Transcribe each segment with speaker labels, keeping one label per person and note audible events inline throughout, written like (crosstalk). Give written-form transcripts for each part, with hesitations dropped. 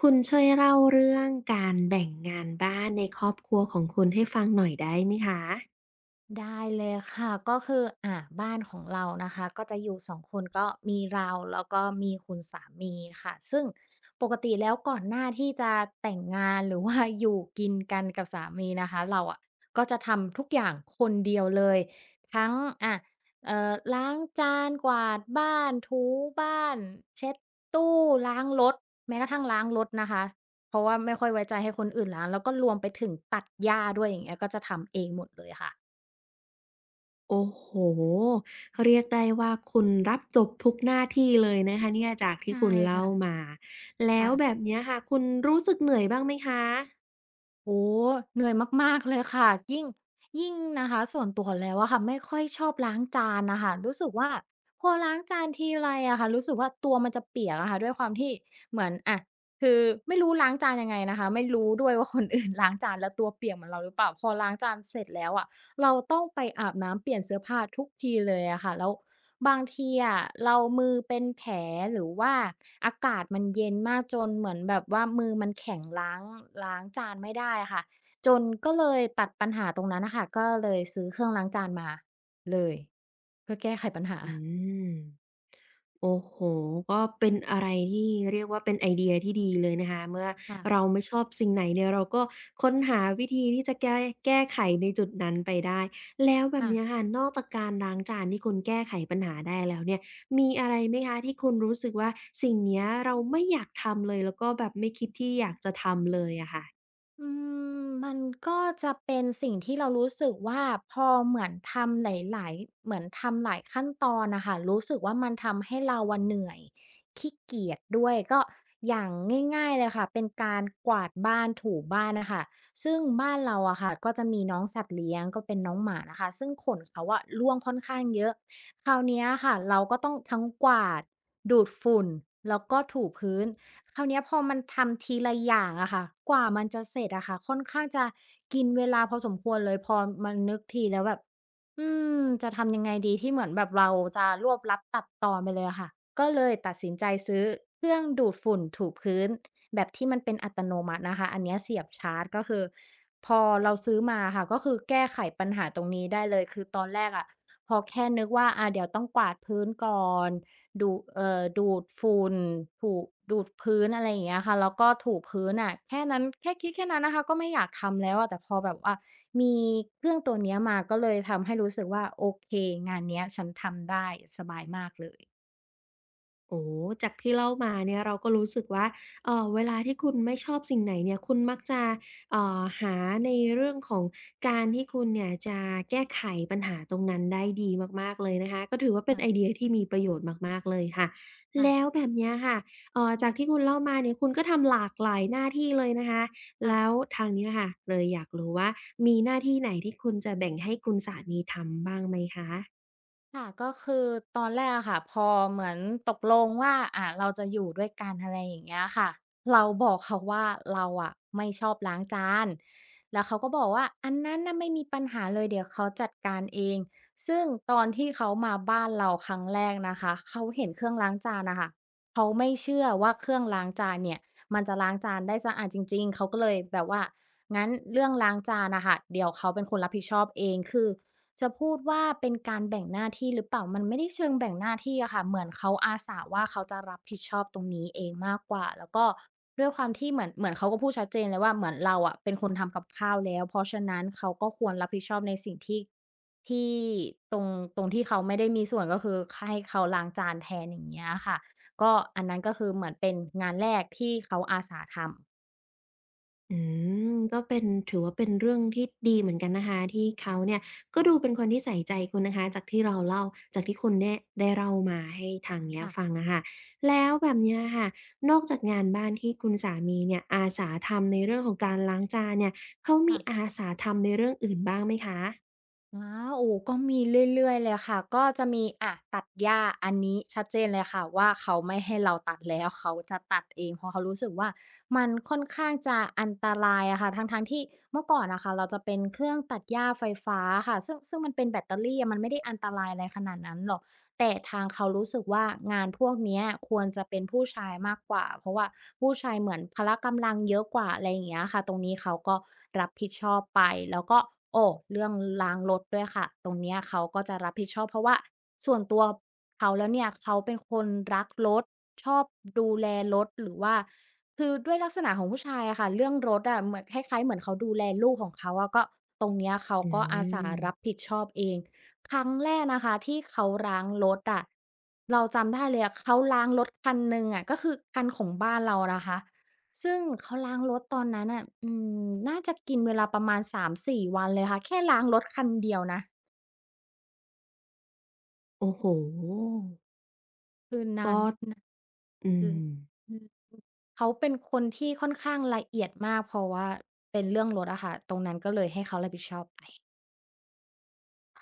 Speaker 1: คุณช่วยเล่าเรื่องการแบ่งงานบ้านในครอบครัวของคุณให้ฟังหน่อยได้ไหมคะ
Speaker 2: ได้เลยค่ะก็คือบ้านของเรานะคะก็จะอยู่2คนก็มีเราแล้วก็มีคุณสามีค่ะซึ่งปกติแล้วก่อนหน้าที่จะแต่งงานหรือว่า (laughs) อยู่กินกันกับสามีนะคะเราอะก็จะทำทุกอย่างคนเดียวเลยทั้งอะล้างจานกวาดบ้านถูบ้านเช็ดตู้ล้างรถแม้กระทั่งล้างรถนะคะเพราะว่าไม่ค่อยไว้ใจให้คนอื่นล้างแล้วก็รวมไปถึงตัดหญ้าด้วยอย่างเงี้ยก็จะทำเองหมดเลยค่ะ
Speaker 1: โอ้โฮเรียกได้ว่าคุณรับจบทุกหน้าที่เลยนะคะเนี่ยจากที่
Speaker 2: ใช่
Speaker 1: คุณเล่า
Speaker 2: ค่ะ
Speaker 1: มา แล้ว
Speaker 2: ค่ะ
Speaker 1: แบบเนี้ยค่ะคุณรู้สึกเหนื่อยบ้างไหมคะ
Speaker 2: โอ้โฮเหนื่อยมากๆเลยค่ะยิ่งนะคะส่วนตัวแล้วอะค่ะไม่ค่อยชอบล้างจานน่ะค่ะรู้สึกว่าพอล้างจานทีไรอะค่ะรู้สึกว่าตัวมันจะเปียกอะค่ะ ด้วยความที่เหมือนอะคือไม่รู้ล้างจานยังไงนะคะไม่รู้ด้วยว่าคน (laughs) อื่นล้างจานแล้วตัวเปียกเหมือนเราหรือเปล่าพอล้างจานเสร็จแล้วอะ เราต้องไปอาบน้ำเปลี่ยนเสื้อผ้าทุกทีเลยอะค่ะแล้วบางทีอะเรามือเป็นแผลหรือว่าอากาศมันเย็นมากจนเหมือนแบบว่ามือมันแข็งล้างจานไม่ได้อะค่ะจนก็เลยตัดปัญหาตรงนั้นนะคะก็เลยซื้อเครื่องล้างจานมาเลยเพื่อแก้ไขปัญหา
Speaker 1: อืม โอ้โฮก็เป็นอะไรที่เรียกว่าเป็นไอเดียที่ดีเลยนะคะเมื่อ
Speaker 2: ค่ะ
Speaker 1: เราไม่ชอบสิ่งไหนเนี่ยเราก็ค้นหาวิธีที่จะแก้ไขในจุดนั้นไปได้แล้วแบบ
Speaker 2: ค่ะ
Speaker 1: เนี้ยค่ะนอกจากการล้างจานที่คุณแก้ไขปัญหาได้แล้วเนี่ยมีอะไรไหมคะที่คุณรู้สึกว่าสิ่งเนี้ยเราไม่อยากทำเลยแล้วก็แบบไม่คิดที่อยากจะทำเลยอะค่ะ
Speaker 2: อืมมันก็จะเป็นสิ่งที่เรารู้สึกว่าพอเหมือนทำหลายๆเหมือนทำหลายขั้นตอนนะคะรู้สึกว่ามันทำให้เราวันเหนื่อยขี้เกียจด้วยก็อย่างง่ายๆเลยค่ะเป็นการกวาดบ้านถูบ้านนะคะซึ่งบ้านเราอะค่ะก็จะมีน้องสัตว์เลี้ยงก็เป็นน้องหมานะคะซึ่งขนเขาอะร่วงค่อนข้างเยอะคราวเนี้ยค่ะเราก็ต้องทั้งกวาดดูดฝุ่นแล้วก็ถูพื้น คราวเนี้ยพอมันทำทีละอย่างอะค่ะกว่ามันจะเสร็จอะค่ะค่อนข้างจะกินเวลาพอสมควรเลยพอมานึกทีแล้วแบบอืมจะทำยังไงดีที่เหมือนแบบเราจะรวบลัดตัดตอนไปเลยอะค่ะก็เลยตัดสินใจซื้อเครื่องดูดฝุ่นถูพื้นแบบที่มันเป็นอัตโนมัตินะคะอันเนี้ยเสียบชาร์จก็คือพอเราซื้อมาค่ะก็คือแก้ไขปัญหาตรงนี้ได้เลยคือตอนแรกอะพอแค่นึกว่าอ่าเดี๋ยวต้องกวาดพื้นก่อน ดูเอ่อดูดฝุ่นถูดูดพื้นอะไรอย่างเงี้ยค่ะแล้วก็ถูพื้นอะแค่นั้นแค่คิดแค่นั้นนะคะก็ไม่อยากทำแล้วอะแต่พอแบบว่ามีเครื่องตัวเนี้ยมาก็เลยทำให้รู้สึกว่าโอเคงานเนี้ยฉันทำได้สบายมากเลย
Speaker 1: โอ้โจากที่เล่ามาเนี่ยเราก็รู้สึกว่าเวลาที่คุณไม่ชอบสิ่งไหนเนี่ยคุณมักจะหาในเรื่องของการที่คุณเนี่ยจะแก้ไขปัญหาตรงนั้นได้ดีมากๆเลยนะคะก็ถือว่าเป็น
Speaker 2: ค่ะ
Speaker 1: ไอเดียที่มีประโยชน์มากๆเลยค่ะ
Speaker 2: ๆ
Speaker 1: แล้วแบบเนี้ยค่ะจากที่คุณเล่ามาเนี่ยคุณก็ทำหลากหลายหน้าที่เลยนะคะ
Speaker 2: ค่ะ
Speaker 1: แล้วทางเนี้ยค่ะเลยอยากรู้ว่ามีหน้าที่ไหนที่คุณจะแบ่งให้คุณสามีทำบ้างไหมคะ
Speaker 2: ค่ะก็คือตอนแรกอะค่ะพอเหมือนตกลงว่าอ่าเราจะอยู่ด้วยกันอะไรอย่างเงี้ยค่ะเราบอกเขาว่าเราอะไม่ชอบล้างจานแล้วเขาก็บอกว่าอันนั้นน่ะไม่มีปัญหาเลยเดี๋ยวเขาจัดการเองซึ่งตอนที่เขามาบ้านเราครั้งแรกนะคะเขาเห็นเครื่องล้างจานน่ะค่ะเขาไม่เชื่อว่าเครื่องล้างจานเนี่ยมันจะล้างจานได้สะอาดจริงๆเขาก็เลยแบบว่างั้นเรื่องล้างจานน่ะค่ะเดี๋ยวเขาเป็นคนรับผิดชอบเองคือ จะพูดว่าเป็นการแบ่งหน้าที่หรือเปล่ามันไม่ได้เชิงแบ่งหน้าที่อะค่ะเหมือนเขาอาสาว่าเขาจะรับผิดชอบตรงนี้เองมากกว่าแล้วก็ด้วยความที่เหมือนเขาก็พูดชัดเจนเลยว่าเหมือนเราอะเป็นคนทำกับข้าวแล้วเพราะฉะนั้นเขาก็ควรรับผิดชอบในสิ่งที่ที่ตรงตรงที่เขาไม่ได้มีส่วนก็คือให้เขาล้างจานแทนอย่างเงี้ยค่ะก็อันนั้นก็คือเหมือนเป็นงานแรกที่เขาอาสาทำ
Speaker 1: อืมก็เป็นถือว่าเป็นเรื่องที่ดีเหมือนกันนะคะที่เขาเนี่ยก็ดูเป็นคนที่ใส่ใจคุณนะคะจากที่เราเล่าจากที่คุณเนี่ยได้เล่ามาให้ทางเนี้ย
Speaker 2: ค่
Speaker 1: ฟังอะค่ะแล้วแบบเนี้ยค่ะนอกจากงานบ้านที่คุณสามีเนี่ยอาสาทำในเรื่องของการล้างจานเนี่ยเขามี
Speaker 2: ะๆ
Speaker 1: อาสาทำในเรื่องอื่นบ้างไหมคะ
Speaker 2: อาวโอ้ก็มีเรื่อยๆเลยค่ะก็จะมีอะตัดหญ้าอันนี้ชัดเจนเลยค่ะว่าเขาไม่ให้เราตัดแล้วเขาจะตัดเองเพราะเขารู้สึกว่ามันค่อนข้างจะอันตรายอะค่ะทั้งๆที่เมื่อก่อนอะค่ะเราจะเป็นเครื่องตัดหญ้าไฟฟ้าค่ะซึ่งมันเป็นแบตเตอรี่อะมันไม่ได้อันตรายอะไรขนาดนั้นหรอก แต่ทางเขารู้สึกว่างานพวกเนี้ยควรจะเป็นผู้ชายมากกว่าเพราะว่าผู้ชายเหมือนพละกำลังเยอะกว่าอะไรอย่างเงี้ยค่ะตรงนี้เขาก็รับผิดชอบไปแล้วก็โอ้เรื่องล้างรถด้วยค่ะตรงเนี้ยเขาก็จะรับผิดชอบเพราะว่าส่วนตัวเขาแล้วเนี่ยเขาเป็นคนรักรถชอบดูแลรถหรือว่าคือด้วยลักษณะของผู้ชายอะค่ะเรื่องรถอะเหมือนคล้ายๆเหมือนเขาดูแลลูกของเขาอะก็ตรงเนี้ยเขา
Speaker 1: อื
Speaker 2: ก็อาสา
Speaker 1: ม
Speaker 2: รับผิดชอบเอง ครั้งแรกนะคะที่เขาล้างรถอะเราจำได้เลยอะเขาล้างรถคันหนึ่งอะก็คือคันของบ้านเรานะคะซึ่งเขาล้างรถตอนนั้นน่ะอืมน่าจะกินเวลาประมาณ3-4วันเลยค่ะแค่ล้างรถคันเดียวนะ
Speaker 1: โอ้โฮ
Speaker 2: คือนา
Speaker 1: ก็
Speaker 2: นนเลย
Speaker 1: อืม
Speaker 2: อืมเขาเป็นคนที่ค่อนข้างละเอียดมากเพราะว่าเป็นเรื่องรถอะค่ะตรงนั้นก็เลยให้เขารับผิดชอบไป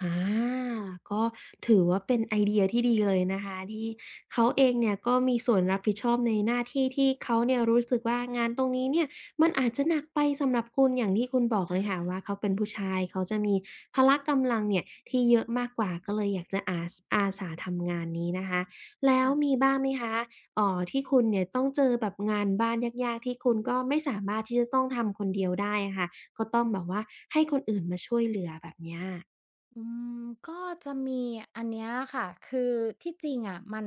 Speaker 1: อาก็ถือว่าเป็นไอเดียที่ดีเลยนะคะที่เขาเองเนี่ยก็มีส่วนรับผิดชอบในหน้าที่ที่เขาเนี่ยรู้สึกว่างานตรงนี้เนี่ยมันอาจจะหนักไปสำหรับคุณอย่างที่คุณบอกเล
Speaker 2: ใช่
Speaker 1: ยค่ะว่า
Speaker 2: ค่ะ
Speaker 1: เขาเป็นผู้ชายเขาจะมีพละกำลังเนี่ยที่เยอะมากกว่าก็เลยอยากจะอาสาทำงานนี้นะคะแล้ว
Speaker 2: ค่ะ
Speaker 1: มีบ้างไหมคะที่คุณเนี่ยต้องเจอแบบงานบ้านยากๆที่คุณก็ไม่สามารถที่จะต้องทำคนเดียวได้อะค่ะก็ต้องแบบว่าให้คนอื่นมาช่วยเหลือแบบเนี้ย
Speaker 2: อืมก็จะมีอันเนี้ยค่ะ คือที่จริงอ่ะมัน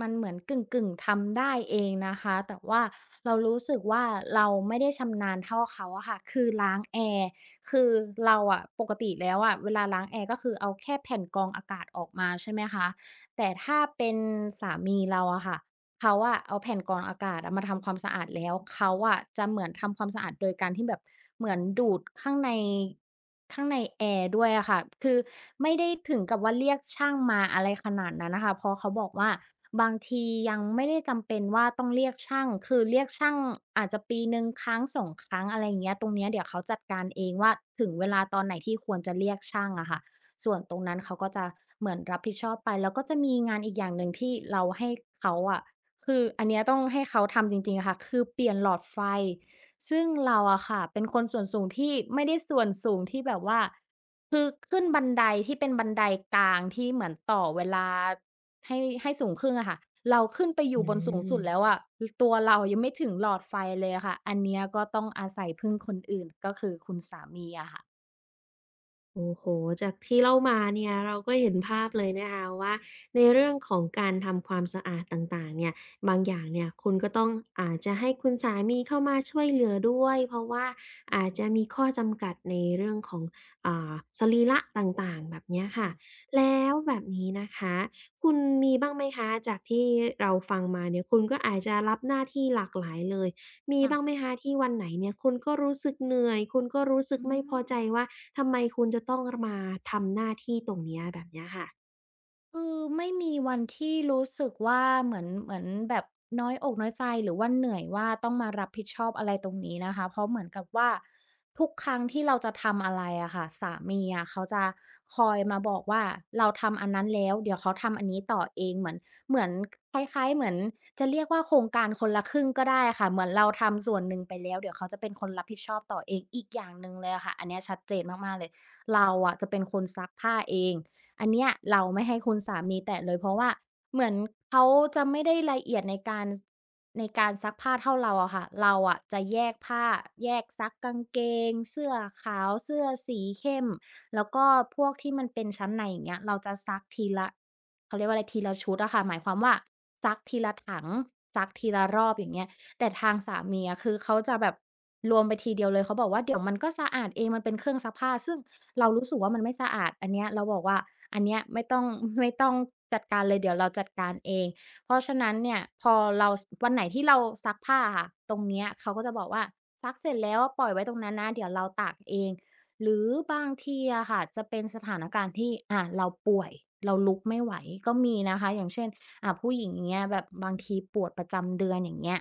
Speaker 2: เหมือนกึ่งๆทำได้เองนะคะ แต่ว่าเรารู้สึกว่าเราไม่ได้ชำนาญเท่าเขาอะค่ะ คือล้างแอร์คือเราอะปกติแล้วอะเวลาล้างแอร์ก็คือเอาแค่แผ่นกรองอากาศออกมาใช่ไหมคะ แต่ถ้าเป็นสามีเราอะค่ะ เขาอะเอาแผ่นกรองอากาศอะมาทำความสะอาดแล้วเขาอะจะเหมือนทำความสะอาดโดยการที่แบบเหมือนดูดข้างในแอร์ด้วยอะค่ะคือไม่ได้ถึงกับว่าเรียกช่างมาอะไรขนาดนั้นน่ะค่ะเพราะเขาบอกว่าบางทียังไม่ได้จำเป็นว่าต้องเรียกช่างคือเรียกช่างอาจจะปีหนึ่งครั้งสองครั้งอะไรอย่างเงี้ยตรงเนี้ยเดี๋ยวเขาจัดการเองว่าถึงเวลาตอนไหนที่ควรจะเรียกช่างอะค่ะส่วนตรงนั้นเขาก็จะเหมือนรับผิดชอบไปแล้วก็จะมีงานอีกอย่างหนึ่งที่เราให้เขาอะ คืออันเนี้ยต้องให้เขาทำจริงๆอะค่ะคือเปลี่ยนหลอดไฟซึ่งเราอะค่ะเป็นคนส่วนสูงที่ไม่ได้ส่วนสูงที่แบบว่าคือขึ้นบันไดที่เป็นบันไดกลางที่เหมือนต่อเวลาให้ให้สูงขึ้นอะค่ะเราขึ้นไปอ
Speaker 1: อื
Speaker 2: ยู่บนสูง
Speaker 1: ม
Speaker 2: สุดแล้วอะลตัวเรายังไม่ถึงหลอดไฟเลยอะค่ะอันเนี้ยก็ต้องอาศัยพึ่งคนอื่นก็คือคุณสามีอะค่ะ
Speaker 1: โอ้โหจากที่เล่ามาเนี่ยเราก็เห็นภาพเลยนะคะว่าในเรื่องของการทำความสะอาดต่างๆเนี่ยบางอย่างเนี่ยคุณก็ต้องอาจจะให้คุณสามีเข้ามาช่วยเหลือด้วยเพราะว่าอาจจะมีข้อจำกัดในเรื่องของอ่าสรีระต่างๆแบบเนี้ยค่ะ
Speaker 2: ค่ะ
Speaker 1: แล้วแบบนี้นะคะคุณมีบ้างไหมคะจากที่เราฟังมาเนี่ยคุณก็อาจจะรับหน้าที่หลากหลายเลย มี
Speaker 2: ค่ะ
Speaker 1: บ้างไหมคะที่วันไหนเนี่ยคุณก็รู้สึกเหนื่อยคุณก็รู้สึก
Speaker 2: อื
Speaker 1: ไม่พอ
Speaker 2: ม
Speaker 1: ใจว่าทำไมคุณจะต้องมาทำหน้าที่ตรงเนี้ยแบบเนี้ยค่ะ
Speaker 2: คือไม่มีวันที่รู้สึกว่าเหมือนแบบน้อยอกน้อยใจหรือว่าเหนื่อยว่าต้องมารับผิดชอบอะไรตรงนี้นะคะเพราะเหมือนกับว่าทุกครั้งที่เราจะทำอะไรอะค่ะสามีอะเขาจะคอยมาบอกว่าเราทำอันนั้นแล้วเดี๋ยวเขาทำอันนี้ต่อเองเหมือนคล้ายๆเหมือนจะเรียกว่าโครงการคนละครึ่งก็ได้ค่ะเหมือนเราทำส่วนหนึ่งไปแล้วเดี๋ยวเขาจะเป็นคนรับผิดชอบต่อเองอีกอย่างหนึ่งเลยอะค่ะอันเนี้ยชัดเจนมากๆเลยเราอะจะเป็นคนซักผ้าเอง อันเนี้ยเราไม่ให้คุณสามีแตะเลยเพราะว่าเหมือนเขาจะไม่ได้ละเอียดในการซักผ้าเท่าเราอะค่ะเราอะจะแยกผ้าแยกซักกางเกงเสื้อขาวเสื้อสีเข้มแล้วก็พวกที่มันเป็นชั้นในอย่างเงี้ยเราจะซักทีละเขาเรียกว่าอะไรทีละชุดอะค่ะหมายความว่าซักทีละถังซักทีละรอบอย่างเงี้ยแต่ทางสามีอะคือเขาจะแบบรวมไปทีเดียวเลยเขาบอกว่าเดี๋ยวมันก็สะอาดเองมันเป็นเครื่องซักผ้าซึ่งเรารู้สึกว่ามันไม่สะอาดอันเนี้ยเราบอกว่า อันเนี้ยไม่ต้อง (laughs) ไม่ต้องจัดการเลยเดี๋ยวเราจัดการเอง เพราะฉะนั้นเนี่ยพอเราสวันไหนที่เราซักผ้าอะค่ะตรงเนี้ยเขาก็จะบอกว่าซักเสร็จแล้วปล่อยไว้ตรงนั้นนะเดี๋ยวเราตากเองหรือบางทีอะค่ะจะเป็นสถานการณ์ที่เราป่วยเราลุกไม่ไหวก็มีนะคะอย่างเช่นผู้หญิงอย่างเงี้ยแบบบางทีปวดประจำเดือนอย่างเงี้ย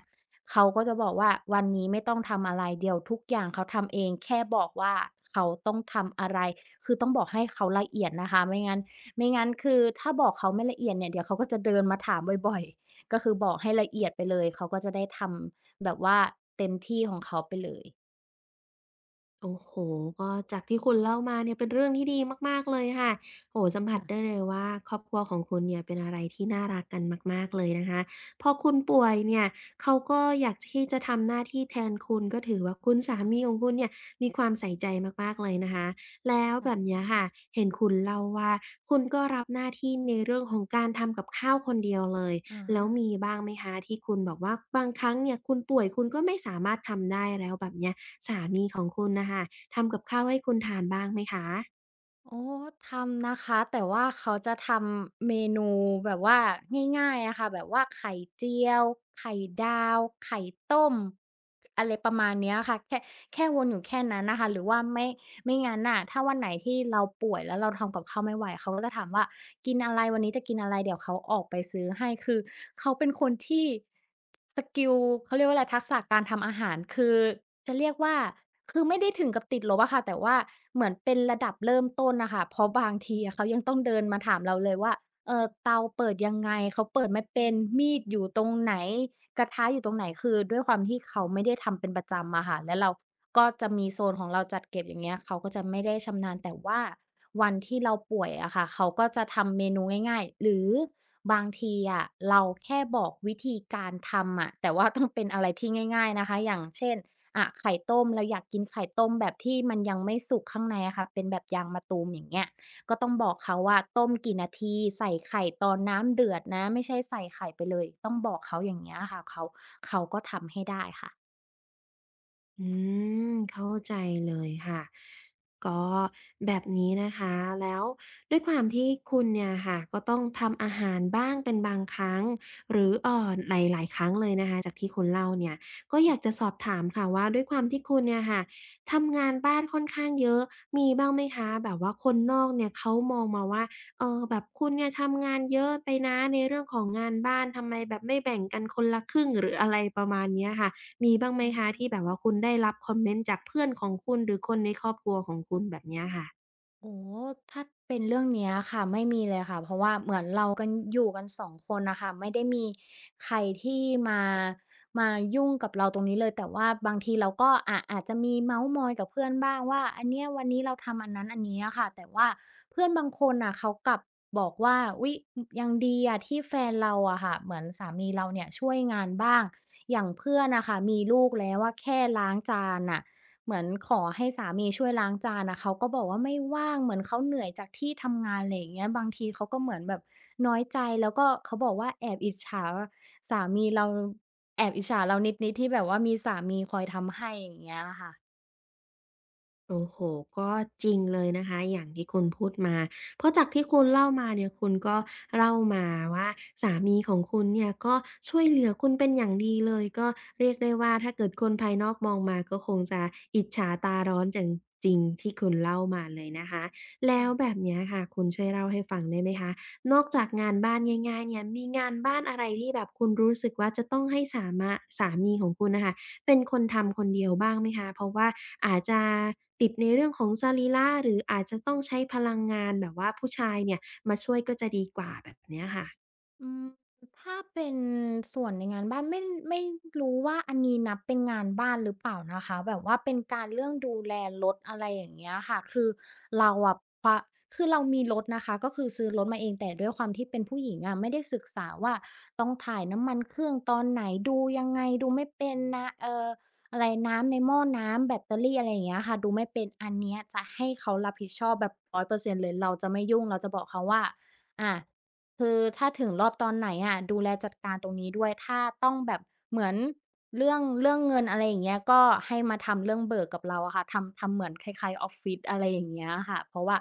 Speaker 2: เขาก็จะบอกว่าวันนี้ไม่ต้องทำอะไรเดี๋ยวทุกอย่างเขาทำเองแค่บอกว่าเขาต้องทำอะไรคือต้องบอกให้เขาละเอียดนะคะไม่งั้นคือถ้าบอกเขาไม่ละเอียดเนี่ยเดี๋ยวเขาก็จะเดินมาถามบ่อยๆก็คือบอกให้ละเอียดไปเลยเขาก็จะได้ทำแบบว่าเต็มที่ของเขาไปเลย
Speaker 1: โอ้โฮก็จากที่คุณเล่ามาเนี่ยเป็นเรื่องที่ดีมากๆเลยค่ะโอ้โฮสัมผัส
Speaker 2: ค่ะ
Speaker 1: ได้เลยว่าครอบครัวของคุณเนี่ยเป็นอะไรที่น่ารักกันมากๆเลยนะคะ พอคุณป่วยเนี่ยเขาก็อยากที่จะทำหน้าที่แทนคุณก็ถือว่าคุณสามีข
Speaker 2: ค่ะ
Speaker 1: องคุณเนี่ยมีความใส่ใจมากๆเลยนะคะ แล้ว
Speaker 2: ค่ะ
Speaker 1: แบบเนี้ยค่ะเห็นคุณเล่าว่าคุณก็รับหน้าที่ในเรื่องของการทำกับข้าวคนเดียวเลย
Speaker 2: อา
Speaker 1: แล้วมีบ้างไหมคะที่คุณบอกว่าบางครั้งเนี่ยคุณป่วยคุณก็ไม่สามารถทำได้แล้วแบบเนี้ย สามีของคุณนะคะทำกับข้าวให้คุณทานบ้างไหมคะ
Speaker 2: โอ้ทำนะคะแต่ว่าเขาจะทำเมนูแบบว่าง่ายๆอะค่ะแบบว่าไข่เจียวไข่ดาวไข่ต้มอะไรประมาณเนี้ยค่ะแค่วนอยู่แค่นั้นน่ะค่ะหรือว่าไม่งั้นน่ะถ้าวันไหนที่เราป่วยแล้วเราทำกับข้าวไม่ไหวเขาก็จะถามว่า กินอะไรวันนี้จะกินอะไรเดี๋ยวเขาออกไปซื้อให้คือเขาเป็นคนที่สกิลเขาเรียกว่าอะไรทักษะการทำอาหารคือจะเรียกว่าคือไม่ได้ถึงกับติดลบอะค่ะแต่ว่าเหมือนเป็นระดับเริ่มต้นน่ะค่ะเพราะบางทีอะเขายังต้องเดินมาถามเราเลยว่าเตาเปิดยังไงเขาเปิดไม่เป็นมีดอยู่ตรงไหน กระทะอยู่ตรงไหนคือด้วยความที่เขาไม่ได้ทำเป็นประจำอะค่ะแล้วเราก็จะมีโซนของเราจัดเก็บอย่างเงี้ยเขาก็จะไม่ได้ชำนาญแต่ว่าวันที่เราป่วยอะค่ะเขาก็จะทำเมนูง่ายๆหรือบางทีอะเราแค่บอกวิธีการทำอะแต่ว่าต้องเป็นอะไรที่ง่ายๆนะคะอย่างเช่นอะไข่ต้มเราอยากกินไข่ต้มแบบที่มันยังไม่สุกข้างในอะค่ะเป็นแบบยางมะตูมอย่างเงี้ย ก็ต้องบอกเขาว่าต้มกี่นาทีใส่ไข่ตอนน้ำเดือดนะไม่ใช่ใส่ไข่ไปเลยต้องบอกเขาอย่างเงี้ยค่ะเขาก็ทำให้ได้ค่ะ
Speaker 1: อืมเข้าใจเลยค่ะก็แบบนี้นะคะแล้วด้วยความที่คุณเนี่ยค่ะก็ต้องทำอาหารบ้างเป็นบางครั้งหรือหลายๆครั้งเลยนะคะจากที่คุณเล่าเนี่ยก็อยากจะสอบถามค่ะว่าด้วยความที่คุณเนี่ยค่ะทำงานบ้านค่อนข้างเยอะมีบ้างไหมคะแบบว่าคนนอกเนี่ยเขามองมาว่าเออแบบคุณเนี่ยทำงานเยอะไปนะในเรื่องของงานบ้านทำไมแบบไม่แบ่งกันคนละครึ่งหรืออะไรประมาณเนี้ยค่ะ มีบ้างไหม
Speaker 2: อื
Speaker 1: คะที่แบบ
Speaker 2: ม
Speaker 1: ว่าคุณได้รับคอมเมนต์จากเพื่อนของคุณหรือคนในครอบครัวของคุณแบบเนี้ยค่ะ
Speaker 2: โอ้ถ้าเป็นเรื่องเนี้ยค่ะไม่มีเลยค่ะเพราะว่าเหมือนเรากันอยู่กันสองคนนะคะไม่ได้มีใครที่มามายุ่งกับเราตรงนี้เลยแต่ว่าบางทีเราก็อะอาจจะมีเม้าท์มอยกับเพื่อนบ้างว่าอันเนี้ยวันนี้เราทำอันนั้นอันนี้อะค่ะแต่ว่าเพื่อนบางคนน่ะเขากลับบอกว่าอุ๊ยยังดีอะที่แฟนเราอะค่ะเหมือนสามีเราเนี่ยช่วยงานบ้างอย่างเพื่อนนะคะมีลูกแล้วว่าแค่ล้างจานอ่ะ เหมือนขอให้สามีช่วยล้างจานอะเขาก็บอกว่าไม่ว่างเหมือนเขาเหนื่อยจากที่ทำงานไรอย่างเงี้ยบางทีเขาก็เหมือนแบบน้อยใจแล้วก็เขาบอกว่าแอบอิจฉาสามีเราแอบอิจฉาเรานิดๆที่แบบว่ามีสามีคอยทำให้อย่างเงี้ยอะค่ะ
Speaker 1: โอ้โหก็จริงเลยนะคะ อย่างที่คุณพูดมา เพราะจากที่คุณเล่ามาเนี่ยคุณก็เล่ามาว่าสามีของคุณเนี่ยก็ช่วยเหลือคุณเป็นอย่างดีเลย ก็เรียกได้ว่าถ้าเกิดคนภายนอกมองมาก็คงจะอิจฉาตาร้อนอย่างจริงที่คุณเล่ามาเลยนะคะ แล้วแบ
Speaker 2: ค่ะ
Speaker 1: บเนี้ยค่ะ คุณช่วยเล่าให้ฟังได้ไหมคะ นอก
Speaker 2: ฮะ
Speaker 1: จากงานบ้านง่ายๆเนี่ยมีงานบ้านอะไรที่แบบคุณรู้สึกว่าจะต้องให้สามีของคุณนะคะ เป็นคนทำคนเดียวบ้างไหมคะ เพราะว่าอาจจะติดในเรื่องของสรีระหรืออาจจะต้องใช้พลังงานแบบว่าผู้ชายเนี่ยมาช่วยก็จะดีกว่าแบบเนี้ยค่ะ
Speaker 2: อืมถ้าเป็นส่วนในงานบ้านไม่รู้ว่าอันนี้นับเป็นงานบ้านหรือเปล่านะคะแบบว่าเป็นการเรื่องดูแลรถอะไรอย่างเงี้ยค่ะคือเราอะพะคือเรามีรถนะคะก็คือซื้อรถมาเองแต่ด้วยความที่เป็นผู้หญิงอะไม่ได้ศึกษาว่าต้องถ่ายน้ำมันเครื่องตอนไหนดูยังไงดูไม่เป็นนะอะไรน้ำในหม้อน้ำแบตเตอรี่อะไรอย่างเงี้ยค่ะดูไม่เป็นอันเนี้ยจะให้เขารับผิดชอบแบบ100%เปอร์เซ็นต์เลยเราจะไม่ยุ่งเราจะบอกเขาว่าอา คือถ้าถึงรอบตอนไหนอะดูแลจัดการตรงนี้ด้วยถ้าต้องแบบเหมือนเรื่องเงินอะไรอย่างเงี้ยก็ให้มาทำเรื่องเบิกกับเราอะค่ะทำเหมือนคล้ายๆออฟฟิศอะไรอย่างเงี้ยค่ะเพราะว่า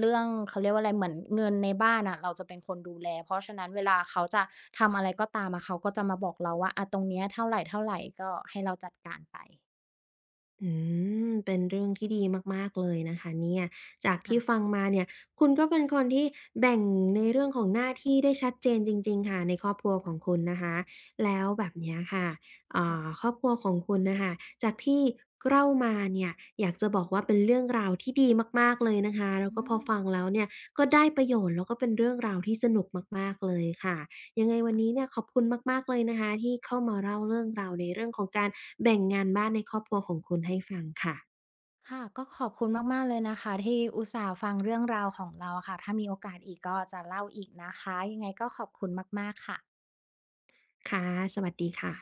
Speaker 2: เรื่องเขาเรียกว่าอะไรเหมือนเงินในบ้านอะเราจะเป็นคนดูแลเพราะฉะนั้นเวลาเขาจะทำอะไรก็ตามอะเขาก็จะมาบอกเราว่าอะตรงเนี้ยเท่าไรๆก็ให้เราจัดการไป
Speaker 1: อืมเป็นเรื่องที่ดีมากๆเลยนะคะเนี่ยจากที่
Speaker 2: ค่ะ
Speaker 1: ฟังมาเนี่ยคุณก็เป็นคนที่แบ่งในเรื่องของหน้าที่ได้ชัดเจนจริงๆค่ะในครอบครัว
Speaker 2: ๆ
Speaker 1: ของ
Speaker 2: ค
Speaker 1: คุณนะคะแล้วแบบเนี้ยค่ะอ่
Speaker 2: ่ะ
Speaker 1: ครอบครัวของคุณนะคะจากที่เล่ามาเนี่ยอยากจะบอกว่าเป็นเรื่องราวที่ดีมากๆเลยนะคะแล้ว
Speaker 2: อื
Speaker 1: ก็พอ
Speaker 2: ม
Speaker 1: ฟังแล้วเนี่ยก็ได้ประโยชน์แล้วก็เป็นเรื่องราวที่สนุกมากๆเลยค่ะ ยังไงวันนี้
Speaker 2: ค่ะ
Speaker 1: เนี่ยขอบคุณมากๆเลยนะคะที่เข้ามาเล่าเรื่องราวในเรื่องของการแบ่งงานบ้านในครอบครัวของคุณให้ฟังค่ะ
Speaker 2: ค่ะก็ขอบคุณมากๆเลยนะคะที่อุตส่าห์ฟังเรื่องราวของเราค่ะถ้ามีโอกาสอีกก็จะเล่าอีกนะคะยังไงก็ขอบคุณมากๆค่ะ
Speaker 1: ค่ะสวัสดีค่ะ